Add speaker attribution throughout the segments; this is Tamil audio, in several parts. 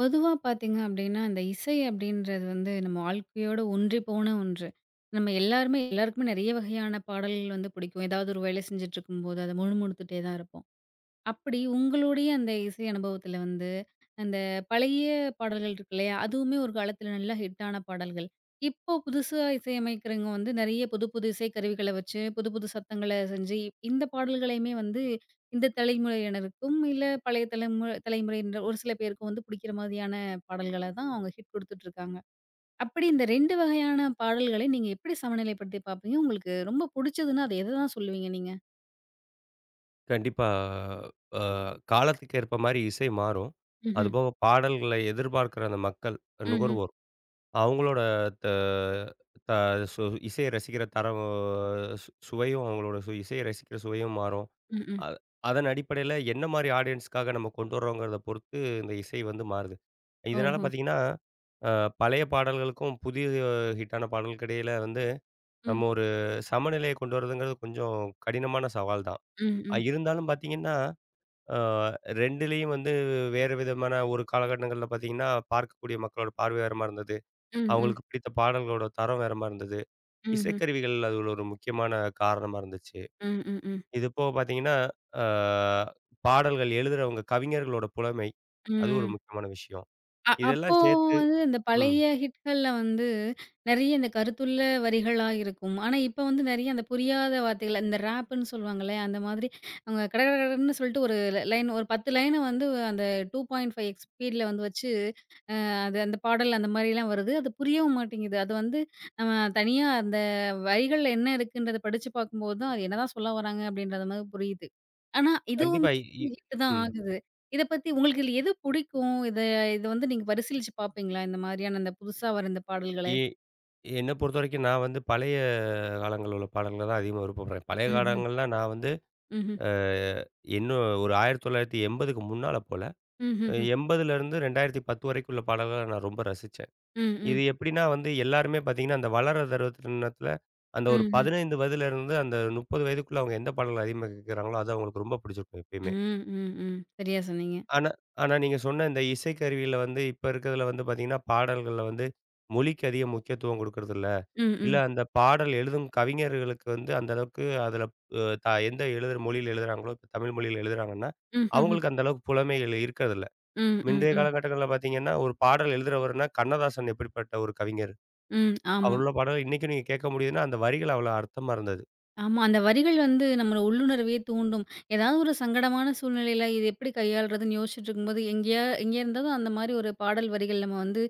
Speaker 1: பொதுவா பார்த்தீங்க அப்டின்னா, அந்த இசை அப்டின்றது வந்து நம்ம வாழ்க்கையோட ஒன்றி போன ஒன்று. நம்ம எல்லாருமே எல்லாருக்குமே நெறைய வகையான பாடல்கள் வந்து பிடிக்கும். ஏதாவது ஒரு வேலை செஞ்சுட்டு இருக்கும்போது, அத முணுமுணுத்துட்டே தான் இருப்போம். அப்படி உங்களுடைய அந்த இசை அனுபவத்துல வந்து, அந்த பழைய பாடல்கள் இருக்கு இல்லையா? அதுவுமே ஒரு காலத்துல நல்லா ஹிட்டான பாடல்கள். இப்போ புதுசா இசையமைக்கிறவங்க வந்து நெறைய புது புது இசை கருவிகள வச்சு, புது புது சத்தங்கள செஞ்சு, இந்த பாடல்களையுமே வந்து இந்த தலைமுறையினருக்கும், இல்ல பழைய தலைமுறையினர் ஒரு சில பேருக்கும் வந்து புடிக்கிற மாதிரியான பாடல்கள தான் அவங்க ஹிட் குடுத்துட்டு இருக்காங்க. அப்படி இந்த 2 வகையான பாடல்களை நீங்க எப்படி சமநிலைப்படுத்தி பார்ப்பீங்க? உங்களுக்கு ரொம்ப புடிச்சதுன்னா, அது எத தான் சொல்லுவீங்க நீங்க?
Speaker 2: கண்டிப்பா. அ காலத்துக்கு ஏற்ப மாரி இசை மாறும்.
Speaker 1: ம்ஹ்ம்.
Speaker 2: அதுபோக பாடல்கள எதிர்பார்க்கிற அந்த மக்கள்,
Speaker 1: ம்ஹ்ம்.
Speaker 2: நுகர்வோர் அவங்களோட த த சு இசைய ரசிக்கிற தரம், சுவையும் அவங்களோட இசைய ரசிக்கிற சுவையும் மாறும்.
Speaker 1: ம், ம்.
Speaker 2: அ அதன் அடிப்படையில என்ன மாரி ஆடியன்ஸ்க்காக நம்ம கொண்டு வர்றோங்கிறத பொறுத்து இந்த இசை வந்து மாறுது. இதனால
Speaker 1: ஓஹோ!
Speaker 2: பார்த்தீங்கன்னா, அ பழைய பாடல்களுக்கும் புதிய ஹிட்டான பாடலுக்கு இடையில வந்து நம்ம ஒரு சமநிலையை கொண்டு வரதுங்கிறது கொஞ்சம் கடினமான சவால் தான்.
Speaker 1: ம், ம்.
Speaker 2: இருந்தாலும் பார்த்தீங்கன்னா அ 2லயும் வந்து வேறு விதமான ஒரு காலகட்டங்கள்ல பார்த்தீங்கன்னா, பார்க்கக்கூடிய மக்களோட பார்வை வேற மாரி இருந்தது.
Speaker 1: ம், ம்.
Speaker 2: அவங்களுக்கு பிடித்த பாடல்களோட தரம் வேற மாரி இருந்தது.
Speaker 1: ம்ஹ்ம்.
Speaker 2: இசைக்கருவிகள் அது ஒரு முக்கியமான காரணமா இருந்துச்சு.
Speaker 1: ம், ம், ம்.
Speaker 2: இது போக பார்த்தீங்கன்னா, அ பாடல்கள் எழுதுறவங்க கவிஞர்களோட புலமை. அது ஒரு
Speaker 1: ம்.
Speaker 2: முக்கியமான விஷயம்.
Speaker 1: அப்போ
Speaker 2: இதெல்லாம் சேர்த்து
Speaker 1: வந்து இந்த
Speaker 2: ம்.
Speaker 1: பழைய ஹிட்கள்ல வந்து நெறைய இந்த கருத்துள்ள வரிகளா இருக்கும். ஆனா, இப்ப வந்து நெறைய அந்த புரியாத வார்த்தைகள் இந்த ரேப்புன்னு சொல்லுவாங்கல்ல, அந்த மாதிரி அவங்க கட கட கடன்னு சொல்லிட்டு ஒரு லைன் ஒரு 10 லைன வந்து அந்த 2.5 எக்ஸ் ஸ்பீட்ல வந்து வச்சு அது அந்த பாடல் அந்த மாரிலாம் வருது. அது புரியவும் மாட்டேங்குது. அது வந்து நம்ம தனியா அந்த வரிகள்ல என்ன இருக்குன்றத படிச்சு பார்க்கும்போது தான், அது என்னதான் சொல்ல வராங்க அப்படின்றது மாரி புரியுது. ஆனா இதுவும்
Speaker 2: கண்டிப்பா. இ
Speaker 1: ஹிட் தான்
Speaker 2: ம்.
Speaker 1: ஆகுது. இத பத்தி உங்களுக்கு இதுல எது புடிக்கும்? இத இத வந்து நீங்க பரிசீலிச்சு பார்ப்பீங்களா? இந்த மாரியான அந்த புதுசா வர இந்த பாடல்கள?
Speaker 2: எ என்ன பொறுத்தவரைக்கும் நான் வந்து பழைய காலங்கள்ல உள்ள பாடல்கள தான் அதிகமா விருப்பப்படுறேன். பழைய
Speaker 1: ம்ஹ்ம்.
Speaker 2: காலங்கள்லாம் நான் வந்து
Speaker 1: ம்ஹ்ம்.
Speaker 2: அ இன்னும் ஒரு 1980க்கு முன்னால போல.
Speaker 1: ம்ஹ்ஹ்ம்.
Speaker 2: 80லேருந்து 2010 வரைக்கும் உள்ள பாடல்கள நான் ரொம்ப ரசிச்சேன்.
Speaker 1: ம்,
Speaker 2: இது
Speaker 1: ம்.
Speaker 2: எப்படின்னா வந்து எல்லாருமே பார்த்தீங்கன்னா, அந்த வளர்ற தருணத்தில அந்த ஒரு
Speaker 1: ம்ஹ்ம்.
Speaker 2: 15 வயதிலிருந்து அந்த 30 வயதுக்குள்ள அவங்க எந்த பாடல்கள் அதிகமா கேட்குறாங்களோ, அது அவங்களுக்கு ரொம்ப பிடிச்சிருக்கும் எப்பயுமே.
Speaker 1: ம், ம், ம். சரியா சொன்னீங்க.
Speaker 2: ஆனா ஆனா நீங்க சொன்ன இந்த இசைக்கருவியில வந்து இப்ப இருக்கிறதுல வந்து பார்த்தீங்கன்னா, பாடல்கள்ல வந்து மொழிக்கு அதிக முக்கியத்துவம் குடுக்கறதில்ல.
Speaker 1: ம்,
Speaker 2: இல்ல இல்ல
Speaker 1: ம்.
Speaker 2: அந்த பாடல் எழுதும் கவிஞர்களுக்கு வந்து அந்த அளவுக்கு அதில அ த எந்த எழுதுற மொழியில எழுதுறாங்களோ, இப்ப தமிழ் மொழியில எழுதுறாங்கன்னா,
Speaker 1: ம்ஹ்ஹ்ம்.
Speaker 2: அவங்களுக்கு அந்த அளவுக்கு புலமைகள் இருக்கிறதில்ல.
Speaker 1: ம், ம், ம்.
Speaker 2: முந்தைய
Speaker 1: ம்.
Speaker 2: காலகட்டங்கள்ல பார்த்தீங்கன்னா, ஒரு பாடல் எழுதுறவருன்னா கண்ணதாசன் எப்படிப்பட்ட ஒரு கவிஞர்.
Speaker 1: ம் ஆமா.
Speaker 2: அவருள்ள பாடல் இன்னைக்கும் நீங்க கேட்க முடியுதுன்னா, அந்த வரிகள் அவ்வளோ அர்த்தமா இருந்தது.
Speaker 1: ஆமா. அந்த வரிகள் வந்து நம்மள உள்ளுணர்வையே தூண்டும். ஏதாவது ஒரு சங்கடமான சூழ்நிலையில இது எப்படி கையாள்றதுன்னு யோசிச்சுட்டு இருக்கும்போது, எங்கேயா எங்கே இருந்தாவது அந்த மாரி ஒரு பாடல் வரிகள் நம்ம வந்து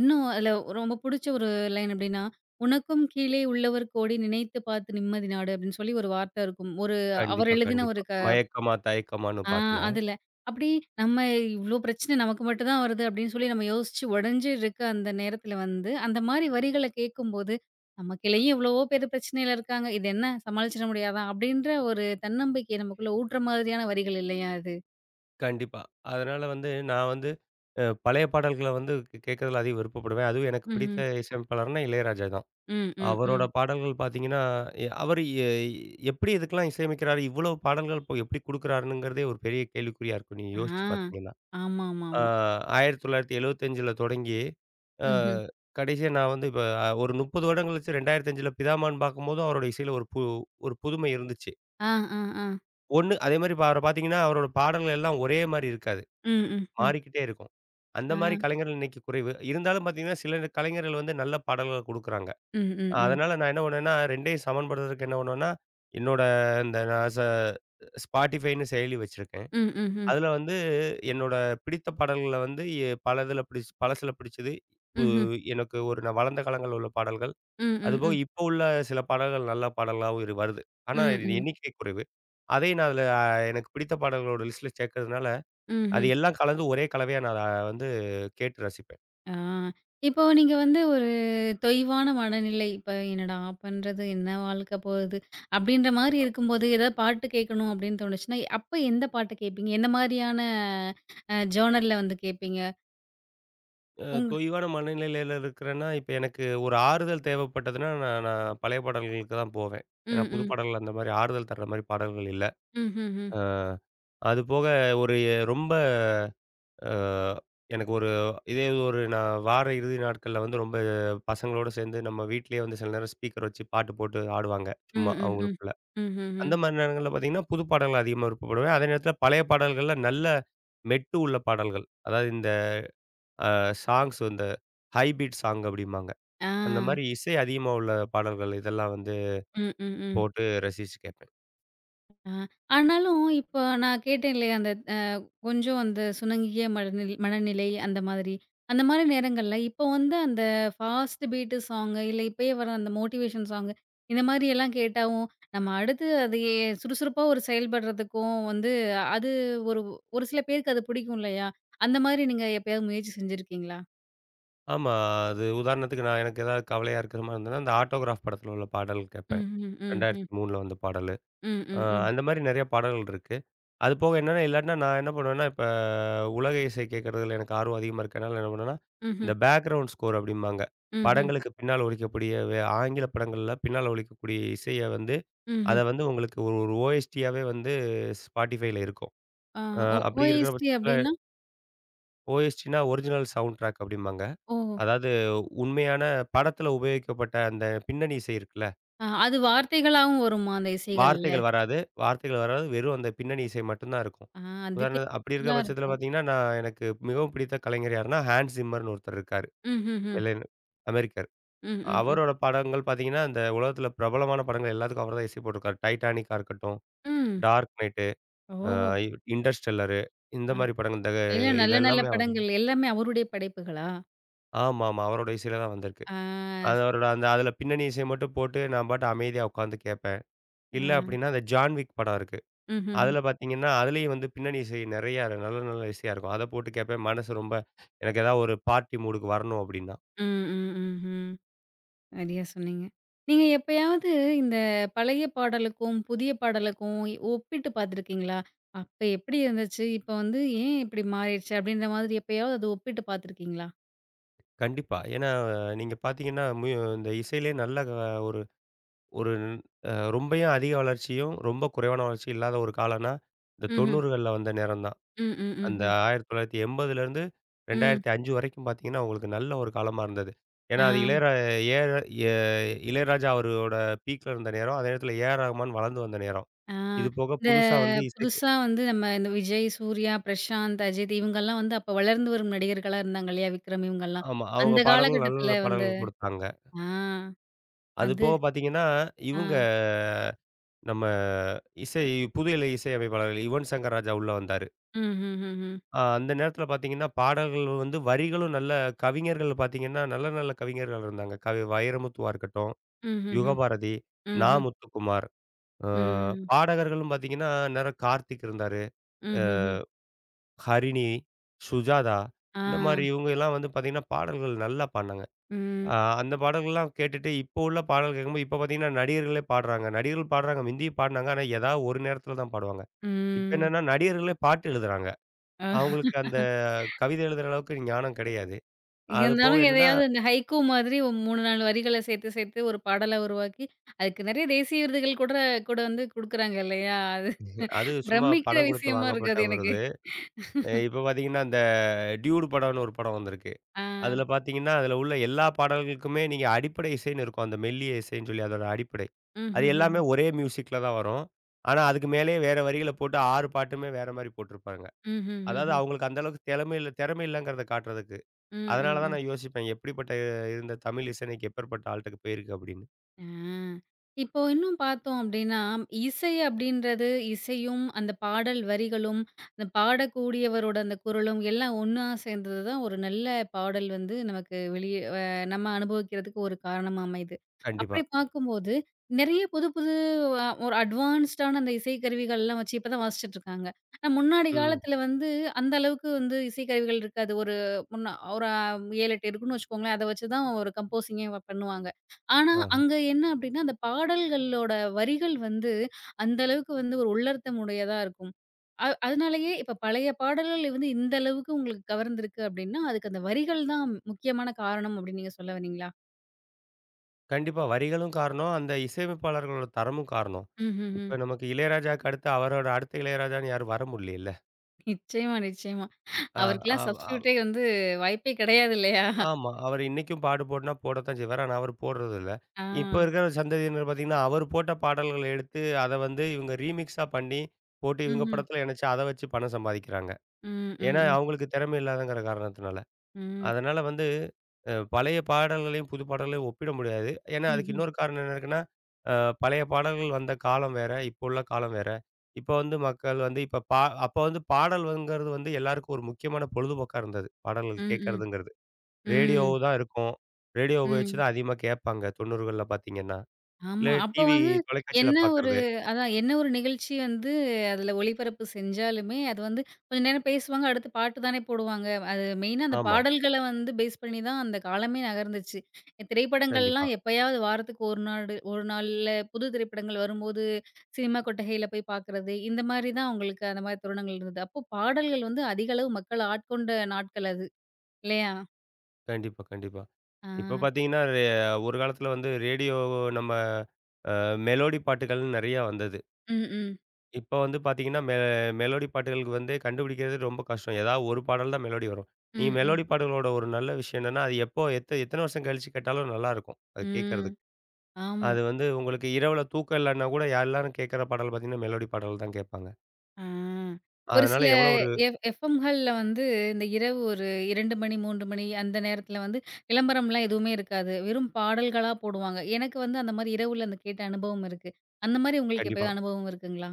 Speaker 1: இன்னும் அதில ரொம்ப புடிச்ச ஒரு லைன் எப்படின்னா, "உனக்கும் கீழே உள்ளவர் கோடி நினைத்து பார்த்து நிம்மதி நாடு" அப்படின்னு சொல்லி ஒரு வார்த்தை இருக்கும். ஒரு அவர்
Speaker 2: கண்டிப்பா,
Speaker 1: எழுதின
Speaker 2: கண்டிப்பா.
Speaker 1: ஒரு
Speaker 2: மயக்கமா தயக்கமான்னு
Speaker 1: ஆ
Speaker 2: பாட்டுல.
Speaker 1: அதுல. அப்படி நம்ம இவ்ளோ பிரச்சனை நமக்கு மட்டும் தான் வருது அப்படின்னு சொல்லி நம்ம யோசிச்சு உடைஞ்சு இருக்க அந்த நேரத்துல வந்து, அந்த மாரி வரிகள கேட்கும்போது, நமக்குள்ளேயும் எவ்வளவோ பேர் பிரச்சனையில இருக்காங்க. இது என்ன சமாளிச்சிட முடியாதா? அப்படின்ற ஒரு தன்னம்பிக்கைய நமக்குள்ள ஊட்டுற மாதிரியான வரிகள் இல்லையா அது?
Speaker 2: கண்டிப்பா. அதனால வந்து நான் வந்து பழைய பாடல்கள வந்து கேட்கறதுல அதிக விருப்பப்படுவேன். அதுவும் எனக்கு பிடித்த
Speaker 1: ம்ஹ்ம்.
Speaker 2: இசையமைப்பாளர்னா இளையராஜா தான்.
Speaker 1: ம், ம்,
Speaker 2: அவரோட
Speaker 1: ம்.
Speaker 2: பாடல்கள் பார்த்தீங்கன்னா, அவரு எப்படி இதுக்கெல்லாம் இசையமைக்கிறாரு? இவ்வளவு பாடல்கள் இப்போ எப்படி குடுக்குறாருங்கிறதே ஒரு பெரிய கேள்விக்குறியா இருக்கும். நீங்க
Speaker 1: ஆ.
Speaker 2: யோசிச்சு பார்த்தீங்கன்னா. ஆ
Speaker 1: ஆமாமாமா.
Speaker 2: 1975ல தொடங்கி, அ
Speaker 1: ம்ஹ்ம்.
Speaker 2: கடைசியா நான் வந்து இப்ப ஒரு 30 வருடம் கழிச்சு 2005ல பிதாமகன் பார்க்கும்போதும், அவரோட இசையில ஒரு புதுமை இருந்துச்சு.
Speaker 1: ஆ, ஆ, ஆ.
Speaker 2: ஒண்ணு அதேமாரி இப்ப அவர பார்த்தீங்கன்னா, அவரோட பாடல்கள் எல்லாம் ஒரே மாரி இருக்காது.
Speaker 1: ம், ம், ம்.
Speaker 2: மாறிக்கிட்டே இருக்கும். அந்த
Speaker 1: ஆ.
Speaker 2: மாரி கலைஞர்கள் இன்னைக்கு குறைவு. இருந்தாலும் பார்த்தீங்கன்னா, சில கலைஞர்கள் வந்து நல்ல பாடல்கள குடுக்குறாங்க.
Speaker 1: ம், ம், ம்.
Speaker 2: அதனால நான் என்ன பண்ணுவேன்னா, 2யும் சமன்படுத்துறதுக்கு என்ன பண்ணுவேன்னா, என்னோட இந்த நான் ச Spotifyன்னு செயலி வச்சிருக்கேன்.
Speaker 1: ம், ம், ம்.
Speaker 2: அதுல வந்து என்னோட பிடித்த பாடல்கள்ல வந்து எ பல இதுல பிடிச் பல சில பிடிச்சது. பு
Speaker 1: ம்ஹ்ம்.
Speaker 2: எனக்கு ஒரு நான் வளர்ந்த காலங்கள்ல உள்ள பாடல்கள்.
Speaker 1: ம், ம்,
Speaker 2: அதுபோக
Speaker 1: ம்.
Speaker 2: இப்போ உள்ள சில பாடல்கள் நல்ல பாடலாவும் வருது. ஆனா
Speaker 1: ம்,
Speaker 2: இது
Speaker 1: ம்.
Speaker 2: எண்ணிக்கை குறைவு. அதை நான் அதுல எனக்கு பிடித்த பாடல்களோட லிஸ்ட்ல சேர்க்கறதுனால, அது
Speaker 1: ம்ஹ்ம்.
Speaker 2: எல்லாம் கலந்து ஒரே கலவையா நான் வந்து கேட்டு ரசிப்பேன்.
Speaker 1: ஆ. இப்போ நீங்க வந்து ஒரு தொய்வான மனநிலை, இப்ப "என்னடா பண்றது? என்ன வாழ்க்க போகுது?" அப்படின்ற மாரி இருக்கும்போது, ஏதாவது பாட்டு கேட்கணும் அப்படின்னு தோணுச்சுன்னா, அப்ப எந்த பாட்டு கேட்பீங்க? எந்த மாரியான ஜர்னல்ல வந்து கேட்பீங்க?
Speaker 2: அ
Speaker 1: உங்க
Speaker 2: தொய்வான மனநிலையில இருக்கிறேன்னா, இப்ப எனக்கு ஒரு ஆறுதல் தேவைப்பட்டதுன்னா, நான் நான் பழைய பாடல்களுக்கு தான் போவேன். ஏன்னா
Speaker 1: ம்,
Speaker 2: புது
Speaker 1: ம்.
Speaker 2: பாடல்கள் அந்த மாரி ஆறுதல் தர்ற மாரி பாடல்கள் இல்ல.
Speaker 1: ம்ஹ்ஹ்ம்.
Speaker 2: ஆ. அது போக ஒரு ரொம்ப அ எனக்கு ஒரு இதே ஒரு நான் வார இறுதி நாட்கள்ல வந்து ரொம்ப பசங்களோட சேர்ந்து நம்ம வீட்லயே வந்து சில நேரம் ஸ்பீக்கர் வச்சு பாட்டு போட்டு ஆடுவாங்க. சும்மா
Speaker 1: ம், ம், ம்.
Speaker 2: அவங்களுக்குள்ள. அந்த
Speaker 1: ம்ஹ்ஹ்ம்.
Speaker 2: மாரி நேரங்கள்ல பார்த்தீங்கன்னா, புது பாடல்கள் அதிகமா விருப்பப்படுவேன். அதே நேரத்தில பழைய பாடல்கள்ல நல்ல மெட்டு உள்ள பாடல்கள். அதாவது இந்த அ சாங்ஸ் இந்த ஹை பீட் சாங் அப்படிம்பாங்க.
Speaker 1: ஆ.
Speaker 2: அந்த மாரி இசை அதிகமா உள்ள பாடல்கள் இதெல்லாம் வந்து
Speaker 1: ம், ம், ம்.
Speaker 2: போட்டு ரசிச்சு கேட்பேன்.
Speaker 1: ஆ. ஆனாலும் இப்போ நான் கேட்டேன் இல்லையா? அந்த கொஞ்சம் அந்த சுணங்கிய மனநிலை மனநிலை அந்த மாதிரி. அந்த மாரி நேரங்கள்ல, இப்போ வந்து அந்த ஃபாஸ்ட் பீட்டு சாங் இல்ல இப்பயே வர அந்த மோட்டிவேஷன் சாங், இந்த மாரி எல்லாம் கேட்டாவும், நம்ம அடுத்து அதையே சுறுசுறுப்பா ஒரு செயல்படுறதுக்கும் வந்து அது ஒரு ஒரு சில பேருக்கு அது பிடிக்கும் இல்லையா? அந்த மாரி நீங்க எப்பயாவது முயற்சி செஞ்சிருக்கீங்களா?
Speaker 2: ஆமா. அது உதாரணத்துக்கு நான் எனக்கு ஏதாவது கவலையா இருக்கிற மாரி இருந்ததுன்னா, அந்த ஆட்டோகிராஃப் படத்தில உள்ள பாடல் கேட்பேன்.
Speaker 1: ம்ஹ்ம், ம்ஹ்ம்.
Speaker 2: 2003ல வந்த பாடலு.
Speaker 1: ம்,
Speaker 2: அ
Speaker 1: ம், ம்.
Speaker 2: அந்த மாரி நெறைய பாடல்கள் இருக்கு. அது போக என்னன்னா, இல்லாட்டினா நான் என்ன பண்ணுவேன்னா, இப்ப உலக இசை கேட்கறதுல எனக்கு ஆர்வம் அதிகமா இருக்கனால என்ன பண்ணுவேன்னா, இந்த
Speaker 1: ம்ஹ்ம்,
Speaker 2: பேக்கிரவுண்ட் ஸ்கோர் அப்படிம்பாங்க.
Speaker 1: ம்ஹ்ம்,
Speaker 2: படங்களுக்கு பின்னால் ஒலிக்கக்கூடிய ஆங்கில படங்கள்ல பின்னால் ஒலிக்கக்கூடிய இசைய வந்து, அத
Speaker 1: ம்ஹ்ம்.
Speaker 2: வந்து உங்களுக்கு ஒரு ஒரு ஓஎஸ்டியாவே வந்து Spotifyல இருக்கும்.
Speaker 1: ஆ
Speaker 2: அப்படி இருக்கிற
Speaker 1: ஓஎஸ்டி
Speaker 2: பட்சத்தில
Speaker 1: அப்டின்னா?
Speaker 2: ஓஎஸ்டின்னா ஒரிஜினல் சவுண்ட் ட்ராக் அப்படிம்பாங்க.
Speaker 1: ஓ!
Speaker 2: அதாவது உண்மையான படத்துல உபயோகிக்கப்பட்ட அந்த பின்னணி இசை இருக்குல்ல,
Speaker 1: ஆ அது வார்த்தைகளாவும் வருமா அந்த
Speaker 2: ஆமா.
Speaker 1: இசைகள்ல?
Speaker 2: வார்த்தைகள் வராது வார்த்தைகள் வராது. வெறும் அந்த பின்னணி இசை மட்டும் தான் இருக்கும்.
Speaker 1: ஆ அது கேக்க
Speaker 2: அப்படி இருக்க
Speaker 1: நல்லா
Speaker 2: பட்சத்துல
Speaker 1: இருக்கும்.
Speaker 2: பார்த்தீங்கன்னா, நான் எனக்கு மிகவும் பிடித்த கலைஞர் யாருன்னா, ஹான்ஸ் சிம்மர்ன்னு ஒருத்தர் இருக்காரு.
Speaker 1: ம்ஹ்ஹ்ம்.
Speaker 2: வெள்ளையனு அமெரிக்கர்.
Speaker 1: ம், ம், ம்.
Speaker 2: அவரோட படங்கள் பார்த்தீங்கன்னா, அந்த உலகத்துல பிரபலமான படங்கள் எல்லாத்துக்கும் அவர் தான் இசை போட்டிருக்காரு. டைட்டானிக்கா இருக்கட்டும்,
Speaker 1: ம்.
Speaker 2: டார்க் நைட்டு, அ
Speaker 1: ஓஹோ!
Speaker 2: இன்டர்ஸ்டெல்லரு இந்த
Speaker 1: ஆ.
Speaker 2: மாரி படங்கள் இந்த
Speaker 1: எல்லாம்
Speaker 2: இது
Speaker 1: நல்ல நல்ல
Speaker 2: எல்லாமே அவர் தான்.
Speaker 1: படங்கள் எல்லாமே அவருடைய படைப்புகளா?
Speaker 2: ஆமாமா. அவரோட இசையில தான் வந்திருக்கு.
Speaker 1: ஆ
Speaker 2: அது
Speaker 1: ஸ்
Speaker 2: அவரோட அந்த அதுல பின்னணி இசை மட்டும் போட்டு நான் பாட்டு அமைதியா உட்காந்து கேட்பேன்.
Speaker 1: ஆ.
Speaker 2: இல்ல அப்டின்னா, அந்த ஜான் விக் படம் இருக்கு.
Speaker 1: ம்ஹ்ஹ்ம்.
Speaker 2: அதுல பாத்தீங்கன்னா, அதுலயும் வந்து பின்னணி இசை நெறையா நல்ல நல்ல இசையா இருக்கும். அத போட்டு கேட்பேன். மனசு ரொம்ப எனக்கு ஏதாவது ஒரு பார்ட்டி மூடுக்கு வரணும் அப்டின்னா.
Speaker 1: ம், ம், ம்ஹ்ம். சரியா சொன்னீங்க. நீங்க எப்பயாவது இந்த பழைய பாடலுக்கும், புதிய பாடலுக்கும் ஒப்பிட்டு பார்த்துருக்கீங்களா? அப்ப எப்படி இருந்துச்சு? இப்ப வந்து ஏன் இப்படி மாறிடுச்சு? அப்படின்ற மாதிரி எப்பயாவது அத ஒப்பிட்டு பார்த்துருக்கீங்களா?
Speaker 2: கண்டிப்பா. ஏன்னா நீங்க பாத்தீங்கன்னா, இந்த இசையிலே நல்ல ஒரு ஒரு ரொம்பயும் அதிக வளர்ச்சியும், ரொம்ப குறைவான வளர்ச்சியும் இல்லாத ஒரு காலம்னா, இந்த
Speaker 1: ம்ஹ்ம்.
Speaker 2: 90கள்ல வந்த நேரம் தான்.
Speaker 1: ம், ம்,
Speaker 2: அந்த
Speaker 1: ம்ஹ்ம்.
Speaker 2: 1980லேருந்து
Speaker 1: ம்.
Speaker 2: 2005 வரைக்கும் பார்த்தீங்கன்னா, உங்களுக்கு நல்ல ஒரு காலமா இருந்தது. ஏன்னா,
Speaker 1: ஆ.
Speaker 2: அது இளையரா ஏ எ இளையராஜா அவரோட பீக்ல இருந்த நேரம். அதே நேரத்தில ஏ.ஆர். ரஹ்மான் வளர்ந்து வந்த நேரம்.
Speaker 1: ஆ.
Speaker 2: இது போக
Speaker 1: இந்த
Speaker 2: புதுசா வந்து இசைக்கு
Speaker 1: புதுசா வந்து நம்ம இந்த விஜய், சூர்யா, பிரசாந்த், அஜித் இவங்கலாம் வந்து அப்ப வளர்ந்து வரும் நடிகர்களா இருந்தாங்க இல்லையா? விக்ரம் இவங்கலாம்.
Speaker 2: ஆமா. அவங்க
Speaker 1: அந்த
Speaker 2: பாடல்கள் நல்ல நல்ல
Speaker 1: காலகட்டத்துல வந்து
Speaker 2: பாடல்கள் குடுத்தாங்க.
Speaker 1: ஆ
Speaker 2: அது
Speaker 1: அது
Speaker 2: போக பார்த்தீங்கன்னா,
Speaker 1: ஆ.
Speaker 2: இவங்க நம்ம இசை புது இசையமைப்பாளர்கள் யுவன் சங்கர் ராஜா உள்ள வந்தாரு.
Speaker 1: ம்ஹ்ஹ்ஹ்ம்.
Speaker 2: அந்த நேரத்தில பார்த்தீங்கன்னா, பாடல்கள் வந்து வரிகளும் நல்ல கவிஞர்கள் பார்த்தீங்கன்னா, நல்ல நல்ல கவிஞர்கள் இருந்தாங்க. கவி வைரமுத்துவா இருக்கட்டும்,
Speaker 1: ம்ஹ்ஹ்ம்.
Speaker 2: யுகபாரதி, நா.
Speaker 1: ம்ஹ்ம்.
Speaker 2: முத்துக்குமார். அ
Speaker 1: ம்.
Speaker 2: பாடகர்களும் பார்த்தீங்கன்னா, அந்நேரம் கார்த்திக் இருந்தாரு. அ
Speaker 1: ம்ஹ்ஹ்ம்.
Speaker 2: ஹரிணி, சுஜாதா.
Speaker 1: ஆ.
Speaker 2: இந்த மாரி இவங்க எல்லாம் வந்து பார்த்தீங்கன்னா, பாடல்கள் நல்லா பாடுனாங்க.
Speaker 1: ம்.
Speaker 2: அ அந்த பாடல்கள்லாம் கேட்டுட்டு, இப்போ உள்ள பாடல் கேட்கும்போது, இப்போ பார்த்தீங்கன்னா நடிகர்களே பாடுறாங்க. நடிகர்கள் பாடுறாங்க, முந்தியும் பாடுனாங்க. ஆனா, ஏதாவது ஒரு நேரத்தில தான் பாடுவாங்க. இப்ப
Speaker 1: ம்.
Speaker 2: என்னன்னா நடிகர்களே பாட்டு எழுதுறாங்க.
Speaker 1: அ
Speaker 2: அவங்களுக்கு அந்த கவிதை எழுதுற அளவுக்கு ஞானம் கிடையாது. அது போக
Speaker 1: இருந்தாலும்
Speaker 2: என்னன்னா,
Speaker 1: எதையாவது இந்த ஹைக்கூ மாதிரி 3, 4 வரிகள சேர்த்து சேர்த்து ஒரு பாடலா உருவாக்கி, அதுக்கு நெறைய தேசிய விருதுகள் கூட கூட வந்து குடுக்குறாங்க இல்லையா? அது
Speaker 2: அது சும்மா
Speaker 1: பிரமிக்கிற
Speaker 2: பணம் கொடுத்து
Speaker 1: விஷயமா இருக்கு
Speaker 2: வாங்கப்பட்ட
Speaker 1: அது
Speaker 2: ஒரு
Speaker 1: எனக்கு.
Speaker 2: இது. இப்ப பார்த்தீங்கன்னா, இந்த டியூடு படம்னு ஒரு படம் வந்திருக்கு.
Speaker 1: ஆ.
Speaker 2: அதில பார்த்தீங்கன்னா, அதில உள்ள எல்லா பாடல்களுக்குமே நீங்க அடிப்படை இசைன்னு இருக்கும். அந்த மெல்லிய இசைன்னு சொல்லி அதோட அடிப்படை. அது
Speaker 1: ம்ஹ்ஹ்ஹ்ம்.
Speaker 2: எல்லாமே ஒரே மியூசிக்ல தான் வரும். ஆனா, அதுக்கு மேலயே வேற வரிகள போட்டு 6 பாட்டுமே வேற மாரி போட்டிருப்பாங்க. அதாவது
Speaker 1: ம்ஹ்ஹ்ஹ்ம்.
Speaker 2: அவங்களுக்கு அந்த அளவுக்கு திறமை இல்லங்கிறத காட்டுறதுக்கு.
Speaker 1: ம்,
Speaker 2: அதனால
Speaker 1: ம்,
Speaker 2: தான்
Speaker 1: ம்.
Speaker 2: நான் யோசிப்பேன். எப்படிப்பட்ட இருந்த தமிழ் இசை இன்னைக்கு எப்பேர்ப்பட்ட ஆள்ட்டக்கு போயிருக்கு அப்படின்னு.
Speaker 1: ஆ. இப்போ இன்னும் பார்த்தோம் அப்டின்னா, இசை அப்டின்றது இசையும், அந்த பாடல் வரிகளும், அந்த பாடக்கூடியவரோட அந்த குரலும் எல்லாம் ஒன்னா சேர்ந்தது தான் ஒரு நல்ல பாடல் வந்து நமக்கு வெளியே நம்ம அனுபவிக்கிறதுக்கு ஒரு காரணமா அமையுது.
Speaker 2: கண்டிப்பா.
Speaker 1: அப்படி பார்க்கும்போது, நெறைய புது புது ஒரு அட்வான்ஸ்டான அந்த இசைக்கருவிகள்லாம் வச்சு இப்ப தான் வாசிச்சுட்ருக்காங்க. ஆனா முன்னாடி
Speaker 2: ம்.
Speaker 1: காலத்தில வந்து அந்த அளவுக்கு வந்து இசைக்கருவிகள் இருக்காது. ஒரு முன்ன ஒரு 7, 8 இருக்குன்னு வச்சுக்கோங்களேன். அத வச்சு தான் ஒரு கம்போஸிங்கே பண்ணுவாங்க. ஆனா,
Speaker 2: ஆஹ.
Speaker 1: அங்க என்ன அப்டின்னா, அந்த பாடல்களோட வரிகள் வந்து, அந்த அளவுக்கு வந்து ஒரு உள்ளர்த்தம் உடையதா இருக்கும். அதனாலேயே இப்ப பழைய பாடல்கள் வந்து இந்த அளவுக்கு உங்களுக்கு கவர்ந்திருக்கு அப்டின்னா, அதுக்கு அந்த வரிகள் தான் முக்கியமான காரணம் அப்டின்னு நீங்க சொல்ல வரீங்களா?
Speaker 2: கண்டிப்பா வரிகளும் காரணம், அந்த இசையமைப்பாளர்களோட தரமும் காரணம்.
Speaker 1: ம்ஹ்ஹ்ம்.
Speaker 2: இப்ப நமக்கு இளையராஜாக்கு அடுத்து அவரோட அடுத்த இளையராஜான்னு யாரும் வர முடியலைல்ல.
Speaker 1: நிச்சயமா, நிச்சயமா.
Speaker 2: ஆ. ஆ.
Speaker 1: அவருக்கெல்லாம் சப்ஸ்டிடியூட்டே வந்து வாய்ப்பே கிடையாது இல்லையா?
Speaker 2: ஆமா. அவரு இன்னைக்கும் பாட்டு போட்டுனா போடத்தான் செய்வாரு. ஆனா, அவரு போடுறதில்ல.
Speaker 1: ஆ.
Speaker 2: இப்ப
Speaker 1: ஆ.
Speaker 2: இருக்கிற சந்ததியினர் பார்த்தீங்கன்னா, அவரு போட்ட பாடல்கள எடுத்து, அத வந்து இவங்க ரீமிக்ஸா பண்ணி, போட்டு இவங்க
Speaker 1: ம்ஹ்ம்.
Speaker 2: படத்துல இணச்சு அத வச்சு பணம் சம்பாதிக்கிறாங்க.
Speaker 1: ம், ம்,
Speaker 2: ஏன்னா,
Speaker 1: ம்,
Speaker 2: அவங்களுக்கு திறமை இல்லாதங்கிற காரணத்தினால.
Speaker 1: ம்.
Speaker 2: அதனால வந்து பழைய பாடல்களையும், புது பாடல்களையும் ஒப்பிட முடியாது. ஏன்னா, அதுக்கு
Speaker 1: ம்ஹ்ம்.
Speaker 2: இன்னொரு காரணம் என்ன இருக்குன்னா, அ பழைய பாடல்கள் வந்த காலம் வேற, இப்போ உள்ள காலம் வேற. இப்ப வந்து மக்கள் வந்து இப்ப பா அப்ப வந்து பாடல்கள்ங்கிறது வந்து எல்லாருக்கும் ஒரு முக்கியமான பொழுதுபோக்கா இருந்தது. பாடல்கள்
Speaker 1: ம், ம்,
Speaker 2: கேட்கறதுங்கிறது. ரேடியோ
Speaker 1: ம்,
Speaker 2: தான் இருக்கும். ரேடியோ உபயோகிச்சு
Speaker 1: ம்.
Speaker 2: தான் அதிகமா கேட்பாங்க 90கள்ல பார்த்தீங்கன்னா. இல்ல
Speaker 1: ஆமா. அப்ப வந்து
Speaker 2: தொலைக்காட்சியில
Speaker 1: என்ன ஒரு
Speaker 2: பார்க்கறது.
Speaker 1: அதான் என்ன ஒரு நிகழ்ச்சி வந்து அதுல ஒளிபரப்பு செஞ்சாலுமே, அது வந்து கொஞ்ச நேரம் பேசுவாங்க. அடுத்து பாட்டு தானே போடுவாங்க. அது மெயினா அந்த
Speaker 2: ஆமா.
Speaker 1: பாடல்கள வந்து பேஸ் பண்ணி தான் அந்த காலமே நகர்ந்துச்சு.
Speaker 2: கண்டிப்பா,
Speaker 1: திரைப்படங்கள்லாம் எப்பயாவது வாரத்துக்கு 1 நாடு 1 நாள்ல புது திரைப்படங்கள் வரும்போது, சினிமா கொட்டகையில போய் பார்க்குறது, இந்த மாரி தான் உங்களுக்கு அந்த மாரி தருணங்கள் இருந்தது. அப்போ பாடல்கள் வந்து அதிக அளவு மக்கள் ஆட்கொண்ட நாட்கள் அது. இல்லையா?
Speaker 2: கண்டிப்பா.
Speaker 1: ஆ.
Speaker 2: இப்ப பார்த்தீங்கன்னா, ஒரு காலத்துல வந்து ரேடியோ நம்ம மெலோடி பாட்டுகள்னு நெறையா வந்தது.
Speaker 1: ம், ம்.
Speaker 2: இப்ப வந்து பார்த்தீங்கன்னா, மெலோடி பாட்டுகளுக்கு வந்து கண்டுபிடிக்கிறது ரொம்ப கஷ்டம். ஏதாவது ஒரு பாடல் தான் மெலோடி வரும். நீங்க
Speaker 1: ம், ம்.
Speaker 2: மெலோடி பாடல்களோட ஒரு நல்ல விஷயம் என்னன்னா, அது எப்போ எத்தன வருஷம் கழிச்சு கேட்டாலும் நல்லாருக்கும். அது
Speaker 1: ம்.
Speaker 2: கேட்கறதுக்கு.
Speaker 1: ஆமா.
Speaker 2: அது வந்து உங்களுக்கு இரவுல தூக்கம் இல்லன்னா கூட எல்லாரும் கேட்கற பாடல் பார்த்தீங்கன்னா, மெலோடி பாடல் தான் கேட்பாங்க.
Speaker 1: ஆ. ஒரு
Speaker 2: அதனால
Speaker 1: சில
Speaker 2: எவ்வளோ ஒரு
Speaker 1: எஃப்எம்கள்ல வந்து இந்த இரவு ஒரு 2 மணி, 3 மணி அந்த நேரத்தில வந்து விளம்பரம்லாம் எதுவுமே இருக்காது. வெறும் பாடல்களா போடுவாங்க. எனக்கு வந்து அந்த மாரி இரவுல அந்த கேட்ட அனுபவம் இருக்கு. அந்த மாரி உங்களுக்கு
Speaker 2: கண்டிப்பா.
Speaker 1: எப்பயாவது அனுபவம் இருக்குங்களா?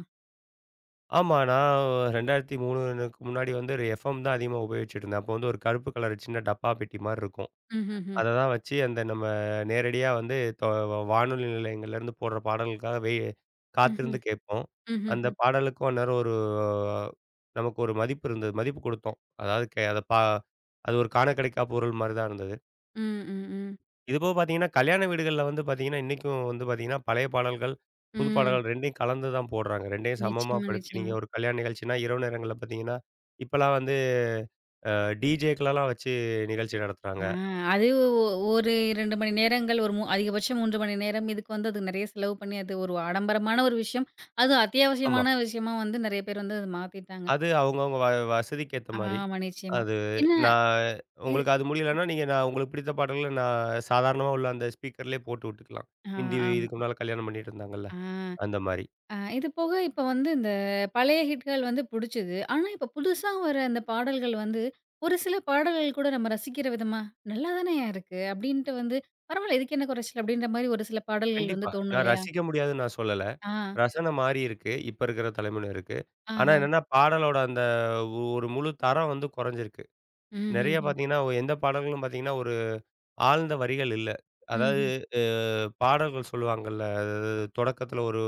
Speaker 2: ஆமா. நான் 2003க்கு முன்னாடி வந்து ஒரு எஃப்எம் தான் அதிகமா உபயோகிச்சுட்டு இருந்தேன். அப்போ வந்து ஒரு கருப்பு கலர் சின்ன டப்பா பெட்டி மாரி இருக்கும்.
Speaker 1: ம்ஹ்ஹ்ம்.
Speaker 2: அத தான் வச்சு அந்த நம்ம நேரடியா வந்து வானொலி நிலையங்கள்லேருந்து போடுற பாடல்களுக்காக
Speaker 1: ம்ஹ்ம்.
Speaker 2: காத்திருந்து கேட்போம். அந்த
Speaker 1: ம்ஹ்ஹ்ம்.
Speaker 2: பாடலுக்கும் அந்நேரம் ஒரு நமக்கு ஒரு மதிப்பு இருந்தது. மதிப்பு குடுத்தோம். அதாவது கே அத பா அது ஒரு காண கிடைக்கா பொருள் மாரி தான் இருந்தது.
Speaker 1: ம், ம், ம்.
Speaker 2: இது போக பார்த்தீங்கன்னா, கல்யாண வீடுகள்ல வந்து பார்த்தீங்கன்னா, இன்னைக்கும் வந்து பார்த்தீங்கன்னா, பழைய பாடல்கள், புது
Speaker 1: ம்.
Speaker 2: பாடல்கள் 2யும் கலந்து தான் போடுறாங்க. 2யும் சமமா
Speaker 1: நிச்சயமா,
Speaker 2: படுத்தி நீங்க
Speaker 1: நிச்சயமா.
Speaker 2: ஒரு கல்யாண நிகழ்ச்சினா, இரவு நேரங்கள்ல பார்த்தீங்கன்னா, இப்பலாம் வந்து அ டிஜேக்கெல்லாம் வச்சு நிகழ்ச்சி நடத்துறாங்க.
Speaker 1: ஆ அது ஒரு 2 மணி நேரங்கள், ஒரு அதிகபட்சம் 3 மணி நேரம். இதுக்கு வந்து அது நெறைய செலவு பண்ணி அது ஒரு ஆடம்பரமான ஒரு விஷயம். அதுவும்
Speaker 2: ஆமா.
Speaker 1: அத்தியாவசியமான விஷயமா வந்து நெறைய பேர் வந்து அத மாத்திட்டாங்க.
Speaker 2: அது அவங்கவங்க வசதிக்கு ஏத்த மாரி.
Speaker 1: ஆமா, நிச்சயமா.
Speaker 2: அது
Speaker 1: என்ன
Speaker 2: நான்
Speaker 1: இது
Speaker 2: உங்களுக்கு அது முடியலன்னா, நீங்க நான் உங்களுக்கு பிடித்த பாடல்கள நான் சாதாரணமா உள்ள அந்த ஸ்பீக்கர்லயே போட்டு விட்டுக்கலாம்.
Speaker 1: ஆ
Speaker 2: மிந்தி
Speaker 1: ஆமா.
Speaker 2: இதுக்கு முன்னால கல்யாணம் பண்ணிட்டு இருந்தாங்கல்ல,
Speaker 1: ஆ
Speaker 2: அந்த மாரி.
Speaker 1: இது போக இப்ப வந்து இந்த பழைய ஹிட்கள் வந்து புடிச்சது. ஆனா, இப்ப புதுசா வர அந்த பாடல்கள் வந்து, ஒரு சில பாடல்கள் கூட நம்ம ரசிக்கிற விதமா, "நல்லா தானயா இருக்கு" அப்டின்ட்டு வந்து, "பரவால்ல இதுக்கு என்ன குறைச்சல்" அப்டின்ற மாரி ஒரு சில பாடல்கள் வந்து
Speaker 2: கண்டிப்பா.
Speaker 1: தோணும்
Speaker 2: நான்
Speaker 1: இல்லையா?
Speaker 2: ரசிக்க முடியாதுன்னு நான் சொல்லல.
Speaker 1: ஆ,
Speaker 2: ரசனை மாறியிருக்கு. இப்ப இருக்கிற தலைமுறையினருக்கு. ஆனா
Speaker 1: ஆஹா.
Speaker 2: என்னன்னா, பாடலோட அந்த ஒரு முழு தரம் வந்து குறைஞ்சிருக்கு. நெறைய
Speaker 1: ம்ஹ்ஹ்ம்.
Speaker 2: பார்த்தீங்கன்னா, எந்த பாடல்களும் பார்த்தீங்கன்னா, ஒரு ஆழ்ந்த வரிகள் இல்ல. அதாவது
Speaker 1: ம்ஹ்ம்.
Speaker 2: அ பாடல்கள் சொல்லுவாங்கல்ல. அதாவது தொடக்கத்தில ஒரு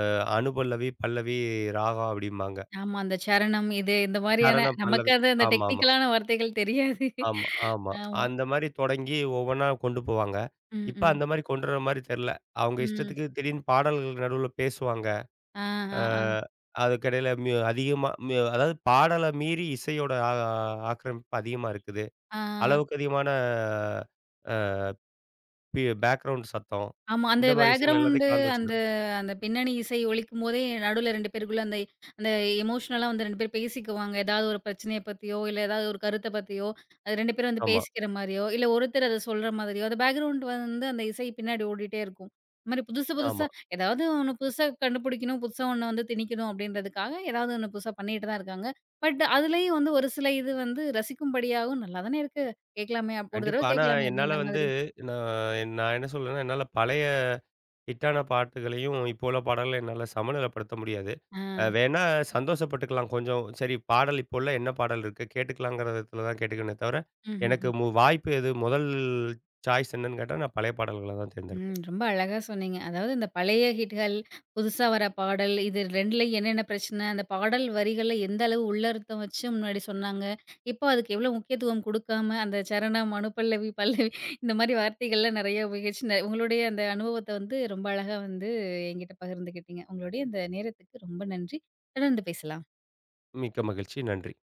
Speaker 2: அனுபல்லவி, பல்லவி, ராகம் அப்படிம்பாங்க.
Speaker 1: ஆமா, அந்த சரணம் இது இந்த மாரியான
Speaker 2: சரணம்,
Speaker 1: நமக்கு
Speaker 2: பல்லவி.
Speaker 1: அது அந்த
Speaker 2: ஆமாமா.
Speaker 1: டெக்னிக்கலான வார்த்தைகள் தெரியாது.
Speaker 2: ஆமா, ஆமா. ஆமா.
Speaker 1: ஆமா.
Speaker 2: அந்த மாரி தொடங்கி ஒவ்வொன்னா கொண்டு போவாங்க.
Speaker 1: ம்,
Speaker 2: இப்ப
Speaker 1: ம்.
Speaker 2: அந்த மாரி கொண்டு வர மாரி தெர்ல. அவங்க
Speaker 1: ம்.
Speaker 2: இஷ்டத்துக்கு திடீர்னு பாடல்கள் நடுவுல பேசுவாங்க.
Speaker 1: ஆ,
Speaker 2: அ
Speaker 1: ஆ, ஆ.
Speaker 2: அதுக்கிடையில மியூ அதிகமா மியூ அதாவது பாடல மீறி இசையோட ஆக்கிரமிப்பு அதிகமா இருக்குது.
Speaker 1: ஆ.
Speaker 2: அளவுக்கு அதிகமான பேக்கிரவுண்ட் சத்தம்.
Speaker 1: ஆமா. அந்த
Speaker 2: இந்த மாரி விஷயங்கள் எல்லாத்தையும்
Speaker 1: பேக்கிரவுண்டு
Speaker 2: கலந்து
Speaker 1: அந்த
Speaker 2: வச்சுருவேன்.
Speaker 1: அந்த பின்னணி இசை ஒலிக்கும்போதே நடுவுல 2 பேருக்குள்ள அந்த அந்த எமோஷனலா வந்து 2 பேரும் பேசிக்குவாங்க. ஏதாவது ஒரு பிரச்சனைய பத்தியோ, இல்ல ஏதாவது ஒரு கருத்த பத்தியோ, அது 2 பேரும் வந்து
Speaker 2: ஆமா,
Speaker 1: பேசிக்கிற மாரியோ, இல்ல ஒருத்தர் அத சொல்ற மாதிரியோ, அந்த பேக்கிரவுண்ட் வந்து அந்த இசை பின்னாடி ஓடிட்டே இருக்கும். இந்த மாரி புதுசு
Speaker 2: ஆமா.
Speaker 1: புதுசா ஏதாவது ஒண்ணு புதுசா கண்டுபிடிக்கணும், புதுசா ஒண்ணு வந்து திணிக்கணும் அப்படின்றதுக்காக ஏதாவது ஒண்ணு புதுசா பண்ணிட்டு தான் இருக்காங்க. பட் அதுலயும் வந்து ஒரு சில இது வந்து ரசிக்கும்படியாகவும் நல்லா தானே இருக்கு. கேட்கலாமே, அப்~ ஒரு
Speaker 2: கண்டிப்பா.
Speaker 1: தடவ
Speaker 2: ஆனா
Speaker 1: கேட்கலாமே
Speaker 2: என்னால
Speaker 1: அப்படின்ற
Speaker 2: வந்து
Speaker 1: மாதிரி.
Speaker 2: நான் நான் என்ன சொல்றேன்னா, என்னால பழைய ஹிட்டான பாட்டுகளையும், இப்போ உள்ள பாடல்கள என்னால சமநிலைப்படுத்த முடியாது.
Speaker 1: ஆ.
Speaker 2: வேணா சந்தோஷப்பட்டுக்கலாம் கொஞ்சம். சரி பாடல் இப்போ உள்ள என்ன பாடல் இருக்கு? கேட்டுக்கலாங்கிற விதத்துல தான் கேட்டுக்குவேனே தவிர, எனக்கு
Speaker 1: ம்ஹ்ம்.
Speaker 2: வாய்ப்பு எது முதல் சாய்ஸ் என்னன்னு கேட்டா, நான் பழைய பாடல்கள தான்
Speaker 1: ம்.
Speaker 2: தேர்ந்தெடுப்பேன்.
Speaker 1: ரொம்ப அழகா சொன்னீங்க. அதாவது இந்த பழைய ஹிட்கள், புதுசா வர பாடல் இது 2லயும் என்னென்ன பிரச்சன? அந்த பாடல் வரிகள்ல எந்த அளவு உள்ளர்த்தம் வச்சு முன்னாடி சொன்னாங்க. இப்போ அதுக்கு எவ்வளோ முக்கியத்துவம் குடுக்காம, அந்த சரணம், அனுபல்லவி, பல்லவி இந்த மாரி வார்த்தைகள்லாம் நெறைய உபயோகிச்சு உங்களுடைய அந்த அனுபவத்த வந்து ரொம்ப அழகா வந்து என்கிட்ட பகிர்ந்துக்கிட்டீங்க. உங்களுடைய இந்த நேரத்துக்கு ரொம்ப நன்றி. தொடர்ந்து பேசலாம்.
Speaker 2: மிக்க மகிழ்ச்சி. நன்றி.